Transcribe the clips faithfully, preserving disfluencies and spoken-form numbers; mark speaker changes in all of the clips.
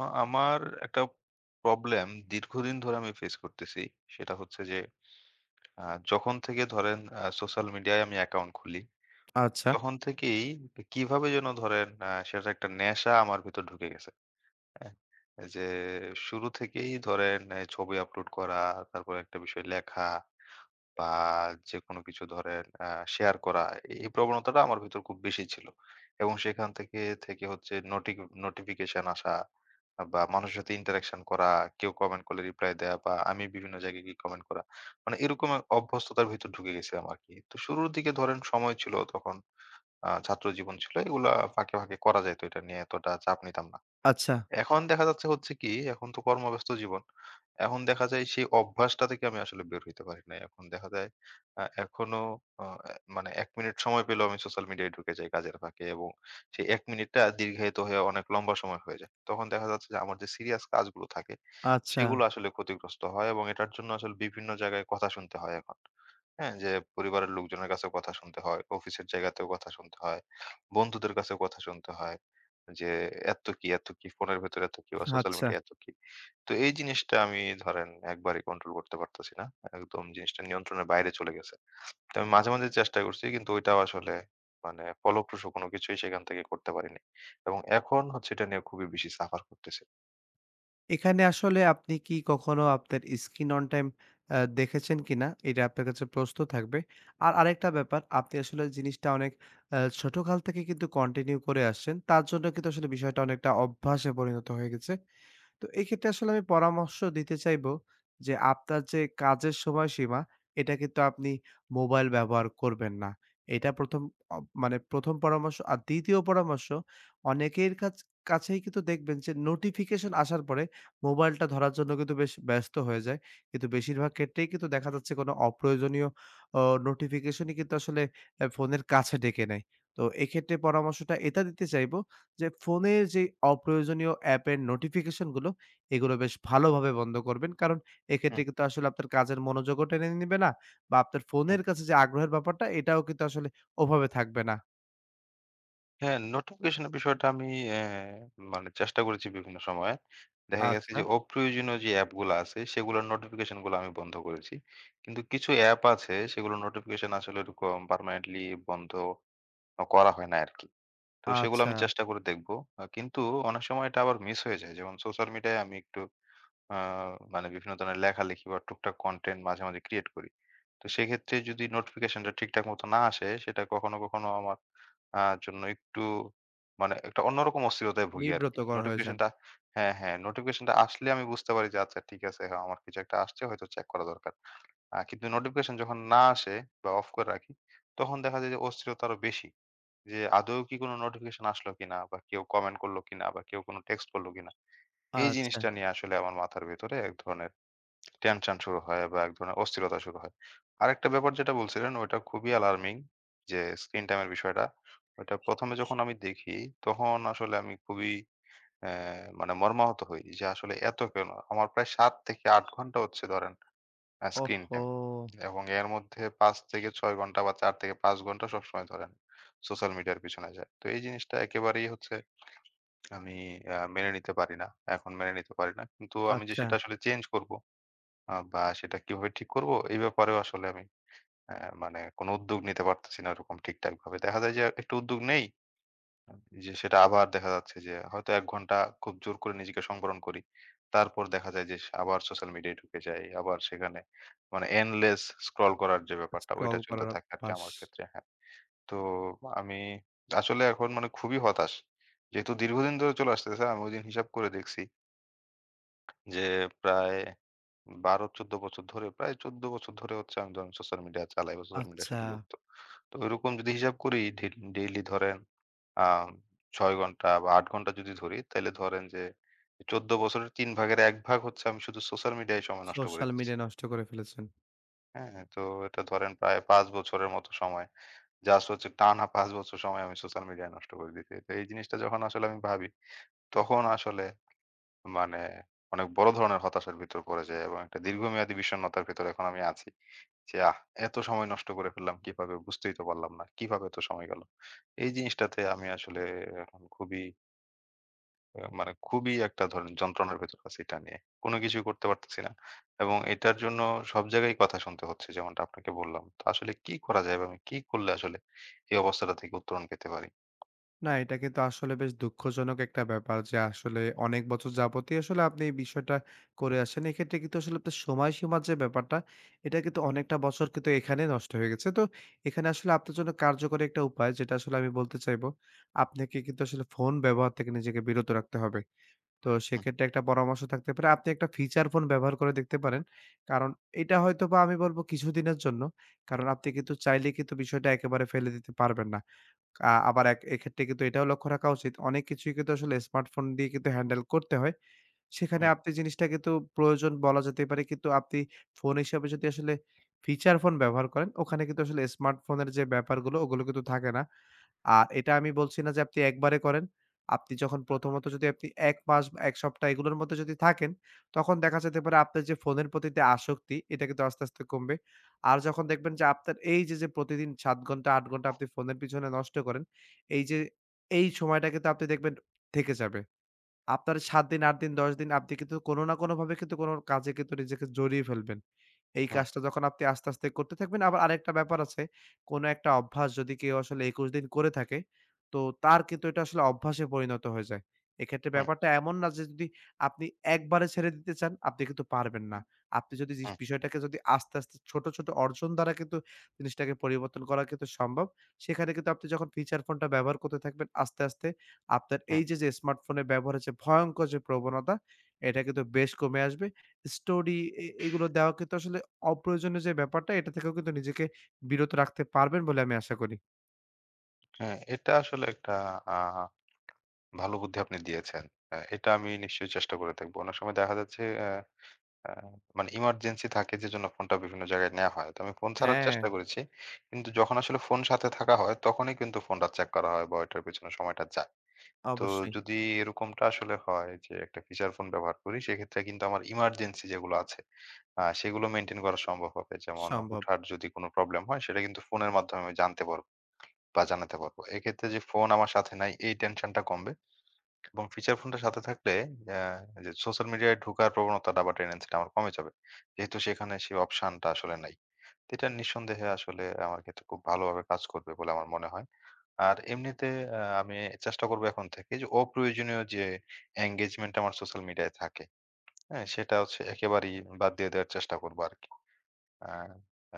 Speaker 1: আ আমার একটা প্রবলেম দীর্ঘদিন ধরে আমি ফেস করতেছি। সেটা হচ্ছে যে আ যখন থেকে ধরেন আ সোশ্যাল মিডিয়ায় আমি অ্যাকাউন্ট খুলি,
Speaker 2: আচ্ছা,
Speaker 1: তখন থেকেই কিভাবে যেন ধরেন আ সেটার একটা নেশা আমার ভেতর ঢুকে গেছে। হ্যাঁ? যে শুরু থেকেই ধরেন এ ছবি আপলোড করা, তারপরে একটা বিষয় লেখা বা যেকোনো কিছু ধরেন আ শেয়ার করা। এই প্রবণতাটা আমার ভিতর খুব বেশি ছিল। এবং সেখান থেকে, থেকে হচ্ছে নোটি নোটিফিকেশন আসা বা মানুষের সাথে ইন্টারেকশন করা, কেউ কমেন্ট করলে রিপ্লাই দেয়া বা আমি বিভিন্ন জায়গায় গিয়ে কমেন্ট করা। মানে এরকম এক অভ্যস্ততার ভিতর ঢুকে গেছিলাম আরকি। তো শুরুর দিকে ধরেন সময় ছিল তখন আ ছাত্র জীবন ছিল। এগুলা ফাঁকে, ফাঁকে করা যাইত। এটা নিয়ে এতটা চাপ নিতাম না।
Speaker 2: আচ্ছা,
Speaker 1: এখন দেখা যাচ্ছে হচ্ছে কি, এখন তো কর্মব্যস্ত জীবন। এখন দেখা যায় সেই অভ্যাসটা থেকে আমি আসলে বের হইতে পারি নাই। এখন দেখা যায় আ এখনো আ মানে এক মিনিট সময় পেলেও আমি সোশ্যাল মিডিয়ায় ঢুকে যাই কাজের ফাঁকে এবং সেই এক মিনিটটা দীর্ঘায়িত হয়ে অনেক লম্বা সময় হয়ে যায়। তখন দেখা যাচ্ছে যে আমার যে সিরিয়াস কাজগুলো থাকে,
Speaker 2: আচ্ছা,
Speaker 1: সেগুলো আসলে ক্ষতিগ্রস্ত হয় এবং এটার জন্য আসলে বিভিন্ন জায়গায় কথা শুনতে হয় এখন। হ্যাঁ, যে পরিবারের লোকজনের কাছেও কথা শুনতে হয়, অফিসের জায়গাতেও কথা শুনতে হয়, বন্ধুদের কাছেও কথা শুনতে হয়। যে এত কি, এত কি, ফোনের ভেতরে এত কি বা সোশ্যাল
Speaker 2: আচ্ছা।
Speaker 1: মিডিয়া এত কি। তো এই জিনিসটা আমি ধরেন একবারই কন্ট্রোল করতে পারতেছি না। একদম জিনিসটা নিয়ন্ত্রণের বাইরে চলে গেছে। তো আমি মাঝে, মাঝে চেষ্টা করছি কিন্তু ওইটাও আসলে মানে ফলপ্রসূ কোনো কিছুই সেখান থেকে করতে পারিনি। এবং এখন হচ্ছে এটা নিয়ে খুবই বেশি সাফার করতেছি।
Speaker 2: এখানে আসলে আপনি কি কখনো আপনার স্ক্রিন অন টাইম আ দেখেছেন কিনা? এটা আপনার কাছে প্রশ্ন থাকবে। আর আরেকটা ব্যাপার, আপনি আসলে জিনিসটা অনেক আ ছোটকাল থেকে কিন্তু কন্টিনিউ করে আসছেন। তার জন্য কিন্তু আসলে বিষয়টা অনেকটা অভ্যাসে পরিণত হয়ে গেছে। তো এক্ষেত্রে আসলে আমি পরামর্শ দিতে চাইবো যে আপনার যে কাজের সময়সীমা, এটা কিন্তু আপনি মোবাইল ব্যবহার করবেন না। এটা ১ম অ মানে ১ম পরামর্শ। আর ২য় পরামর্শ অনেকের কাছ কাছেই কিন্তু দেখবেন যে নোটিফিকেশন আসার পরে মোবাইলটা ধরার জন্য কিন্তু বেশ ব্যস্ত হয়ে যায়। কিন্তু বেশিরভাগ ক্ষেত্রেই কিন্তু দেখা যাচ্ছে কোনো অপ্রয়োজনীয় অ নোটিফিকেশনই কিন্তু আসলে অ্যা ফোনের কাছে ডেকে নেয়। তো এক্ষেত্রে পরামর্শটা এটা দিতে চাইবো যে ফোনের যে অপ্রয়োজনীয় অ্যাপের নোটিফিকেশনগুলো এগুলো বেশ ভালোভাবে বন্ধ করবেন। কারণ
Speaker 1: হুম,
Speaker 2: এক্ষেত্রে কিন্তু আসলে আপনার কাজের মনোযোগও টেনে নিবে না বা আপনার
Speaker 1: হুম।
Speaker 2: ফোনের কাছে যে আগ্রহের ব্যাপারটা এটাও কিন্তু আসলে ওভাবে থাকবে না।
Speaker 1: হ্যাঁ, নোটিফিকেশন এর বিষয়টা আমি অ্যা মানে চেষ্টা করেছি বিভিন্ন সময়ে। দেখা গেছে
Speaker 2: আচ্ছা,
Speaker 1: যে অপ্রয়োজনীয় যে অ্যাপগুলা আছে সেগুলোর নোটিফিকেশন গুলো আমি বন্ধ করেছি। কিন্তু কিছু অ্যাপ আছে সেগুলোর নোটিফিকেশন আসলে এরকম পার্মানেন্টলি বন্ধ আ করা হয় না আরকি। তো সেগুলো
Speaker 2: আচ্ছা।
Speaker 1: আমি চেষ্টা করে দেখব। আ কিন্তু অনেক সময় এটা আবার মিস হয়ে যায়। যেমন সোশ্যাল মিডিয়ায় আমি একটু আ মানে বিভিন্ন ধরনের লেখালেখি বা টুকটাক কনটেন্ট মাঝে, মাঝে ক্রিয়েট করি। তো সেক্ষেত্রে যদি নোটিফিকেশনটা ঠিকঠাক মতো না আসে, সেটা কখনো, কখনো আমার আ জন্য একটু মানে একটা অন্যরকম অস্থিরতায় ভুগি আরকি।
Speaker 2: বিব্রতকর হয়ে যান।
Speaker 1: নোটিফিকেশনটা হ্যাঁ, হ্যাঁ, নোটিফিকেশনটা আসলে আমি বুঝতে পারি যে আচ্ছা ঠিক আছে, হ্যাঁ, আমার কিছু একটা আসছে হয়তো চেক করা দরকার। আ কিন্তু নোটিফিকেশন যখন না আসে বা অফ করে রাখি, তখন দেখা যায় যে অস্থিরতা আরো বেশি। যে আদৌ কি কোনো নোটিফিকেশন আসলো কিনা বা কেউ কমেন্ট করলো কিনা বা কেউ কোনো টেক্সট করলো কিনা। এই
Speaker 2: আচ্ছা।
Speaker 1: জিনিসটা নিয়ে আসলে আমার মাথার ভেতরে এক ধরনের টেনশন শুরু হয় বা এক ধরনের অস্থিরতা শুরু হয়। আরেকটা ব্যাপার যেটা বলছিলেন ওইটা খুবই অ্যালার্মিং যে স্ক্রিন টাইম এর বিষয়টা। ওইটা ১ম এ যখন আমি দেখি তখন আসলে আমি খুবই অ্যা মানে মর্মাহত হই যে আসলে এত কেন? আমার প্রায় সাত থেকে আট ঘন্টা হচ্ছে ধরেন আ স্ক্রিন
Speaker 2: ওহহো!
Speaker 1: টাইম এবং এর মধ্যে পাঁচ থেকে ছয় ঘন্টা বা চার থেকে পাঁচ ঘন্টা সবসময় ধরেন সোশ্যাল মিডিয়ার পিছনে যায়। তো এই জিনিসটা একেবারেই হচ্ছে আমি আ মেনে নিতে পারি না। এখন মেনে নিতে পারি না। কিন্তু আমি যে
Speaker 2: আচ্ছা।
Speaker 1: সেটা আসলে চেঞ্জ করব আ বা সেটা কিভাবে ঠিক করব? এই ব্যাপারেও আসলে আমি অ্যা মানে কোন উদ্যোগ নিতে পারতেছি না ওরকম ঠিকঠাকভাবে। দেখা যায় যে একটু উদ্যোগ নেই, যে সেটা আবার দেখা যাচ্ছে যে হয়তো এক ঘন্টা খুব জোর করে নিজেকে সংবরণ করি। তারপর দেখা যায় যে স আবার সোশ্যাল মিডিয়ায় ঢুকে যাই। আবার সেখানে মানে endless স্ক্রল করার যে ব্যাপারটা
Speaker 2: স্ক্রল
Speaker 1: ওইটা চলতে
Speaker 2: করার
Speaker 1: থাকে আরকি
Speaker 2: অভ্যাস।
Speaker 1: আমার ক্ষেত্রে, হ্যাঁ। তো আমি আসলে এখন মানে খুবই হতাশ। যেহেতু দীর্ঘদিন ধরে চলে আসতেছে আমি ওইদিন হিসাব করে দেখছি যে প্রায় বারো থেকে চৌদ্দ বছর ধরে, প্রায় চৌদ্দ বছর ধরে হচ্ছে আমি ধরেন সোশ্যাল মিডিয়া চালাই বা সোশ্যাল মিডিয়ার
Speaker 2: আচ্ছা।
Speaker 1: সাথে যুক্ত। তো ওইরকম যদি হিসাব করি ডে ডেইলি ধরেন আ ছয় ঘন্টা বা আট ঘন্টা যদি ধরি, তাইলে ধরেন যে চৌদ্দ বছরের তিন ভাগের এক ভাগ হচ্ছে আমি শুধু সোশ্যাল মিডিয়ায় সময় নষ্ট করে
Speaker 2: সোশ্যাল
Speaker 1: দিচ্ছি।
Speaker 2: মিডিয়া নষ্ট করে ফেলেছেন।
Speaker 1: হ্যাঁ? তো এটা ধরেন প্রায় পাঁচ বছরের মতো সময়। জাস্ট হচ্ছে টানা পাঁচ বছর সময় আমি সোশ্যাল মিডিয়ায় নষ্ট করে দিছি। তো এই জিনিসটা যখন আসলে আমি ভাবি, তখন আসলে মানে অনেক বড় ধরনের হতাশার ভিতর পড়ে যাই এবং একটা দীর্ঘমেয়াদী বিষণ্ণতার ভেতর এখন আমি আছি। যে আহ! এত সময় নষ্ট করে ফেললাম কিভাবে বুঝতেই তো পারলাম না। কিভাবে এত সময় গেল? এই জিনিসটাতে আমি আসলে এখন খুবই আ মানে খুবই একটা ধরেন যন্ত্রণার ভেতর আছি এটা নিয়ে। কোন কিছুই করতে পারতেছি না। এবং এটার জন্য সব জায়গায় কথা শুনতে হচ্ছে যেমনটা আপনাকে বললাম। তো আসলে কি করা যায় বা আমি কি করলে আসলে এই অবস্থাটা থেকে উত্তরণ পেতে পারি?
Speaker 2: না, এটা কিন্তু আসলে বেশ দুঃখজনক একটা ব্যাপার যে আসলে অনেক বছর যাবতই আসলে আপনি এই বিষয়টা করে আসছেন। এক্ষেত্রে কিন্তু আসলে আপনার সময়সীমার যে ব্যাপারটা, এটা কিন্তু অনেকটা বছর কিন্তু এখানে নষ্ট হয়ে গেছে। তো এখানে আসলে আপনার জন্য কার্যকরী একটা উপায় যেটা আসলে আমি বলতে চাইবো, আপনাকে কিন্তু আসলে ফোন ব্যবহার থেকে নিজেকে বিরত রাখতে হবে। তো
Speaker 1: হুম,
Speaker 2: সেক্ষেত্রে একটা পরামর্শ থাকতে পারে আপনি একটা ফিচার ফোন ব্যবহার করে দেখতে পারেন। কারণ এটা হয়তোবা আমি বলব কিছুদিনের জন্য। কারণ আপনি কিন্তু চাইলে কিন্তু বিষয়টা একেবারে ফেলে দিতে পারবেন না। আ আবার এক এক্ষেত্রে কিন্তু এটাও লক্ষ্য রাখা উচিত। অনেক কিছুই কিন্তু আসলে স্মার্টফোন দিয়ে কিন্তু হ্যান্ডেল করতে হয়। সেখানে
Speaker 1: হুম,
Speaker 2: আপনি জিনিসটা কিন্তু প্রয়োজন বলা যেতে পারে। কিন্তু আপনি ফোন হিসাবে যদি আসলে ফিচার ফোন ব্যবহার করেন, ওখানে কিন্তু আসলে স্মার্টফোনের যে ব্যাপারগুলো ওগুলো কিন্তু থাকে না। আর এটা আমি বলছি না যে আপনি একবারে করেন। আপনি যখন প্রথমত যদি আপনি এক মাস বা এক সপ্তাহ এগুলোর মধ্যে যদি থাকেন, তখন দেখা যেতে পারে আপনার যে ফোনের প্রতি যে আসক্তি, এটা কিন্তু আস্তে, আস্তে কমবে। আর যখন দেখবেন যে আপনার এই যে, যে প্রতিদিন সাত ঘন্টা, আট ঘন্টা আপনি ফোনের পিছনে নষ্ট করেন, এই যে এই সময়টা কিন্তু আপনি দেখবেন থেকে যাবে। আপনার সাত দিন, আট দিন, দশ দিন আপনি কিন্তু কোনো না কোনোভাবে কিন্তু কোনো কাজে কিন্তু নিজেকে জড়িয়ে ফেলবেন। এই
Speaker 1: হুম,
Speaker 2: কাজটা যখন আপনি আস্তে, আস্তে করতে থাকবেন, আবার আরেকটা ব্যাপার আছে। কোনো একটা অভ্যাস যদি কেউ আসলে একুশ দিন করে থাকে, তো তার কিন্তু এটা আসলে অভ্যাসে পরিণত হয়ে যায়। এক্ষেত্রে
Speaker 1: হুম,
Speaker 2: ব্যাপারটা এমন না যে যদি আপনি একবারে ছেড়ে দিতে চান, আপনি কিন্তু পারবেন না। আপনি যদি জিস
Speaker 1: হুম,
Speaker 2: বিষয়টাকে যদি আস্তে, আস্তে ছোট, ছোট অর্জন দ্বারা কিন্তু জিনিসটাকে পরিবর্তন করা কিন্তু সম্ভব। সেখানে কিন্তু আপনি যখন ফিচার ফোনটা ব্যবহার করতে থাকবেন আস্তে, আস্তে আপনার
Speaker 1: হুম।
Speaker 2: এই যে, যে স্মার্টফোনের ব্যবহারের যে ভয়ঙ্কর যে প্রবণতা, এটা কিন্তু বেশ কমে আসবে। স্টোরি এ এগুলো দেওয়া কিন্তু আসলে অপ্রয়োজনীয় যে ব্যাপারটা এটা থেকেও কিন্তু নিজেকে বিরত রাখতে পারবেন বলে আমি আশা করি।
Speaker 1: হ্যাঁ, এটা আসলে একটা আ ভালো বুদ্ধি আপনি দিয়েছেন। আ এটা আমি নিশ্চয়ই চেষ্টা করে দেখব। অনেক সময় দেখা যাচ্ছে অ্যা আ মানে ইমার্জেন্সি থাকে যেজন্য ফোনটা বিভিন্ন জায়গায় নেয়া হয়। তো আমি ফোন ছাড়ার
Speaker 2: হ্যাঁ,
Speaker 1: চেষ্টা করেছি। কিন্তু যখন আসলে ফোন সাথে থাকা হয় তখনই কিন্তু ফোনটা চেক করা হয় বা ওইটার পেছনে সময়টা যায়। তো
Speaker 2: অবশ্যই
Speaker 1: যদি এরকমটা আসলে হয় যে একটা ফিচার ফোন ব্যবহার করি সেক্ষেত্রে কিন্তু আমার ইমার্জেন্সি যেগুলো আছে আ সেগুলো মেইনটেইন করা সম্ভব হবে। যেমন
Speaker 2: সম্ভব।
Speaker 1: হুটহাট যদি কোনো প্রবলেম হয় সেটা কিন্তু ফোনের মাধ্যমে আমি জানতে পারব বা জানাতে পারব। এক্ষেত্রে যে ফোন আমার সাথে নাই এই টেনশনটা কমবে। এবং ফিচার ফোনটা সাথে থাকলে আ যে সোশ্যাল মিডিয়ায় ঢোকার প্রবণতাটা বা টেনডেন্সিটা আমার কমে যাবে। যেহেতু সেখানে সেই অপশনটা আসলে নাই। তো এটা নিঃসন্দেহে আসলে আমার ক্ষেত্রে খুব ভালোভাবে কাজ করবে বলে আমার মনে হয়। আর এমনিতে আ আমি চেষ্টা করব এখন থেকে যে অপ্রয়োজনীয় যে এনগেজমেন্ট আমার সোশ্যাল মিডিয়ায় থাকে, হ্যাঁ? সেটা হচ্ছে একেবারেই বাদ দিয়ে দেওয়ার চেষ্টা করব আরকি। আ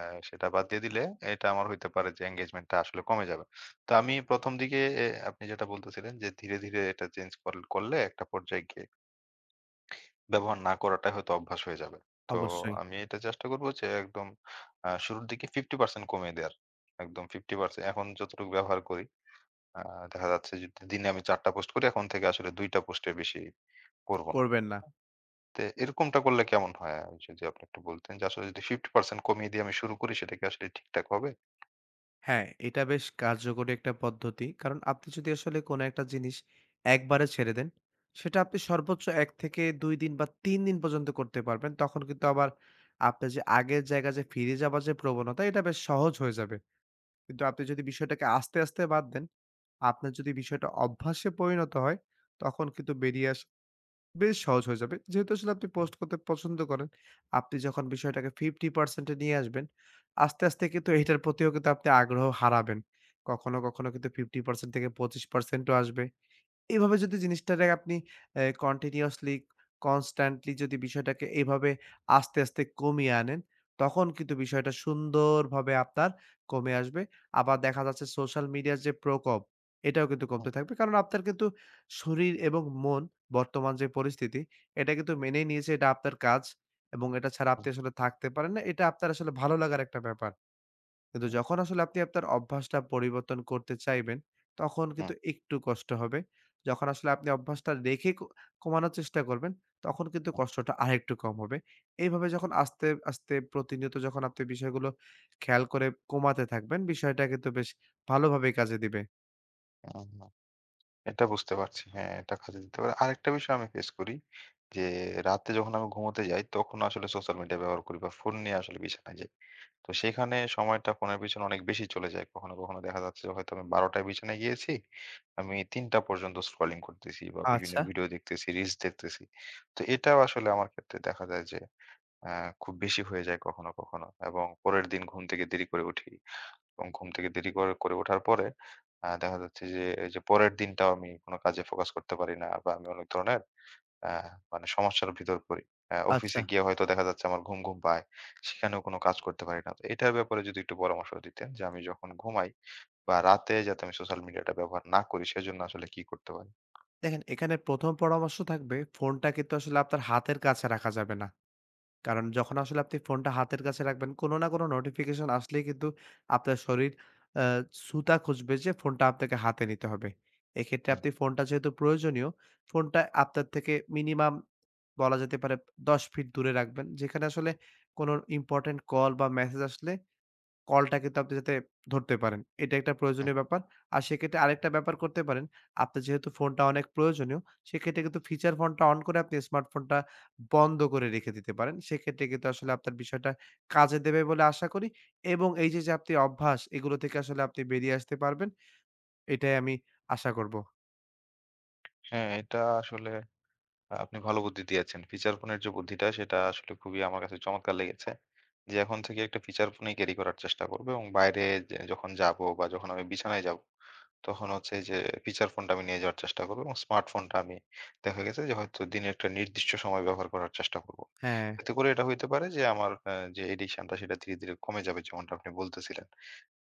Speaker 1: আ সেটা বাদ দিয়ে দিলে এটা আমার হইতে পারে যে এনগেজমেন্টটা আসলে কমে যাবে। তো আমি ১ম দিকে এ আপনি যেটা বলতেছিলেন যে ধীরে, ধীরে এটা চেঞ্জ কর করলে একটা পর্যায়ে গিয়ে ব্যবহার না করাটাই হয়তো অভ্যাস হয়ে যাবে। তো
Speaker 2: অবশ্যই
Speaker 1: আমি এটা চেষ্টা করব যে একদম আ শুরুর দিকে পঞ্চাশ পার্সেন্ট কমিয়ে দেয়ার। একদম পঞ্চাশ পার্সেন্ট এখন যতটুকু ব্যবহার করি আ দেখা যাচ্ছে যে দিনে আমি চার টা পোস্ট করি এখন থেকে আসলে দুই টা পোস্টের বেশি করব না।
Speaker 2: করবেন না।
Speaker 1: তো এরকমটা করলে কেমন হয়? আহ, যদি আপনি একটু বলতেন যে আসলে যদি পঞ্চাশ পার্সেন্ট কমিয়ে দিয়ে আমি শুরু করি সেটা কি আসলে ঠিকঠাক হবে?
Speaker 2: হ্যাঁ, এটা বেশ কার্যকরী একটা পদ্ধতি। কারণ আপনি যদি আসলে কোনো একটা জিনিস একবারে ছেড়ে দেন, সেটা আপনি সর্বোচ্চ এক থেকে দুই দিন বা তিন দিন পর্যন্ত করতে পারবেন। তখন কিন্তু আবার আপনার যে আগের জায়গায় যে ফিরে যাবার যে প্রবণতা এটা বেশ সহজ হয়ে যাবে। কিন্তু আপনি যদি বিষয়টাকে আস্তে, আস্তে বাদ দেন, আপনার যদি বিষয়টা অভ্যাসে পরিণত হয়, তখন কিন্তু বেরিয়ে আসা বেশ সহজ হয়ে যাবে। যেহেতু আসলে আপনি পোস্ট করতে পছন্দ করেন, আপনি যখন বিষয়টাকে ফিফটি পার্সেন্ট এ নিয়ে আসবেন, আস্তে, আস্তে কিন্তু এটার প্রতিও কিন্তু আপনি আগ্রহ হারাবেন। কখনো, কখনো কিন্তু ফিফটি পার্সেন্ট থেকে পঁচিশ পার্সেন্ট ও আসবে। এভাবে যদি জিনিসটারে আপনি অ্যা কন্টিনিউয়াসলি কনস্ট্যান্টলি যদি বিষয়টাকে এভাবে আস্তে, আস্তে কমিয়ে আনেন, তখন কিন্তু বিষয়টা সুন্দরভাবে আপনার কমে আসবে। আবার দেখা যাচ্ছে সোশ্যাল মিডিয়ার যে প্রকোপ, এটাও কিন্তু
Speaker 1: হুম,
Speaker 2: কমতে থাকবে। কারণ আপনার কিন্তু শরীর এবং মন বর্তমান যে পরিস্থিতি, এটা কিন্তু মেনেই নিয়েছে এটা আপনার কাজ এবং এটা ছাড়া
Speaker 1: হুম,
Speaker 2: আপনি আসলে থাকতে পারেন না। এটা আপনার আসলে ভালো লাগার একটা ব্যাপার। কিন্তু
Speaker 1: হুম,
Speaker 2: যখন আসলে আপনি আপনার অভ্যাসটা পরিবর্তন করতে চাইবেন, তখন
Speaker 1: হুম।
Speaker 2: কিন্তু একটু কষ্ট হবে। যখন আসলে আপনি অভ্যাসটা রেখে ক কমানোর চেষ্টা করবেন, তখন কিন্তু
Speaker 1: হুম,
Speaker 2: কষ্টটা আরেকটু কম হবে। এইভাবে যখন আস্তে, আস্তে প্রতিনিয়ত যখন আপনি বিষয়গুলো খেয়াল করে কমাতে থাকবেন, বিষয়টা কিন্তু বেশ ভালোভাবেই কাজে দিবে।
Speaker 1: হুম, হুম। এটা বুঝতে পারছি। হ্যাঁ, এটা কাজে দিতে পারে। আরেকটা বিষয় আমি ফেস করি যে, রাতে যখন আমি ঘুমোতে যাই তখন আসলে সোশ্যাল মিডিয়া ব্যবহার করি বা ফোন নিয়ে আসলে বিছানায় যাই। তো সেখানে সময়টা ফোনের পিছনে অনেক বেশি চলে যায়। কখনো, কখনো দেখা যাচ্ছে যে হয়তো আমি ১২ঃ শূন্য শূন্য টায় বিছানায় গিয়েছি। আমি ৩ঃ শূন্য শূন্য টা পর্যন্ত স্ক্রলিং করতেছি বা বিভিন্ন
Speaker 2: আচ্ছা,
Speaker 1: ভিডিও দেখতেছি, রিলস দেখতেছি। তো এটাও আসলে আমার ক্ষেত্রে দেখা যায় যে, অ্যা খুব বেশি হয়ে যায় কখনো, কখনো এবং পরের দিন ঘুম থেকে দেরি করে উঠি। এবং ঘুম থেকে দেরি করে করে ওঠার পরে আ দেখা যাচ্ছে যে এই যে পরের দিনটাও আমি কোনো কাজে ফোকাস করতে পারি না বা আমি অনেক ধরনের আ মানে সমস্যার ভিতর পড়ি। আ অফিসে
Speaker 2: আচ্ছা।
Speaker 1: গিয়ে হয়তো দেখা যাচ্ছে আমার ঘুম, ঘুম পায়। সেখানেও কোনো কাজ করতে পারি না। তো এটার ব্যাপারে যদি একটু পরামর্শ দিতেন যে আমি যখন ঘুমাই বা রাতে যাতে আমি সোশ্যাল মিডিয়াটা ব্যবহার না করি সেজন্য আসলে কি করতে পারি?
Speaker 2: দেখেন, এখানে ১ম পরামর্শ থাকবে ফোনটা কিন্তু আসলে আপনার হাতের কাছে রাখা যাবে না। কারণ যখন আসলে আপনি ফোনটা হাতের কাছে রাখবেন, কোনো না কোনো নোটিফিকেশন আসলেই কিন্তু আপনার শরীর আ ছুতা খুঁজবে যে ফোনটা আপনাকে হাতে নিতে হবে। এক্ষেত্রে
Speaker 1: হুম,
Speaker 2: আপনি ফোনটা যেহেতু প্রয়োজনীয়, ফোনটা আপনার থেকে মিনিমাম বলা যেতে পারে দশ ফিট দূরে রাখবেন। যেখানে আসলে কোনো ইম্পোর্টেন্ট কল বা মেসেজ আসলে কলটা কিন্তু আপনি যাতে ধরতে পারেন। এটা একটা
Speaker 1: হুম।
Speaker 2: প্রয়োজনীয় ব্যাপার। আর সেক্ষেত্রে আরেকটা ব্যাপার করতে পারেন। আপনার যেহেতু ফোনটা অনেক প্রয়োজনীয়, সেক্ষেত্রে কিন্তু ফিচার ফোনটা অন করে আপনি স্মার্টফোনটা বন্ধ করে রেখে দিতে পারেন। সেক্ষেত্রে কিন্তু আসলে আপনার বিষয়টা কাজে দেবে বলে আশা করি এবং এই যে, যে আপনি অভ্যাস এগুলো থেকে আসলে আপনি বেরিয়ে আসতে পারবেন, এটাই আমি আশা করব।
Speaker 1: হ্যাঁ, এটা আসলে আপনি ভালো বুদ্ধি দিয়েছেন। ফিচার ফোনের যে বুদ্ধিটা সেটা আসলে খুবই আমার কাছে চমৎকার লেগেছে। যে এখন থেকে একটা ফিচার ফোনই ক্যারি করার চেষ্টা করব এবং বাইরে যে যখন যাবো বা যখন আমি বিছানায় যাবো তখন হচ্ছে এই যে ফিচার ফোনটা আমি নিয়ে যাওয়ার চেষ্টা করব এবং স্মার্টফোনটা আমি দেখা গেছে যে হয়তো দিনে একটা নির্দিষ্ট সময় ব্যবহার করার চেষ্টা করব।
Speaker 2: হ্যাঁ,
Speaker 1: এতে করে এটা হইতে পারে যে আমার আ যে এডিকশনটা সেটা ধীরে, ধীরে কমে যাবে যেমনটা আপনি বলতেছিলেন।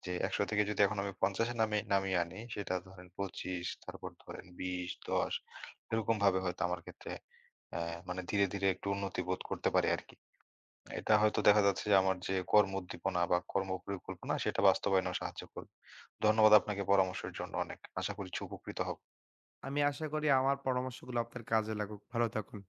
Speaker 1: যে একশো থেকে যদি এখন আমি পঞ্চাশ এ নামি নামিয়ে আনি সেটা ধরেন পঁচিশ তারপর ধরেন বিশ, দশ এরকম ভাবে হয়তো আমার ক্ষেত্রে অ্যা মানে ধীরে, ধীরে একটু উন্নতি বোধ করতে পারি আরকি। এটা হয়তো দেখা যাচ্ছে যে আমার যে কর্ম উদ্দীপনা বা কর্ম পরিকল্পনা সেটা বাস্তবায়নেও সাহায্য করবে। ধন্যবাদ আপনাকে পরামর্শের জন্য অনেক। আশা করছি উপকৃত হব।
Speaker 2: আমি আশা করি আমার পরামর্শগুলো আপনার কাজে লাগুক। ভালো থাকুন।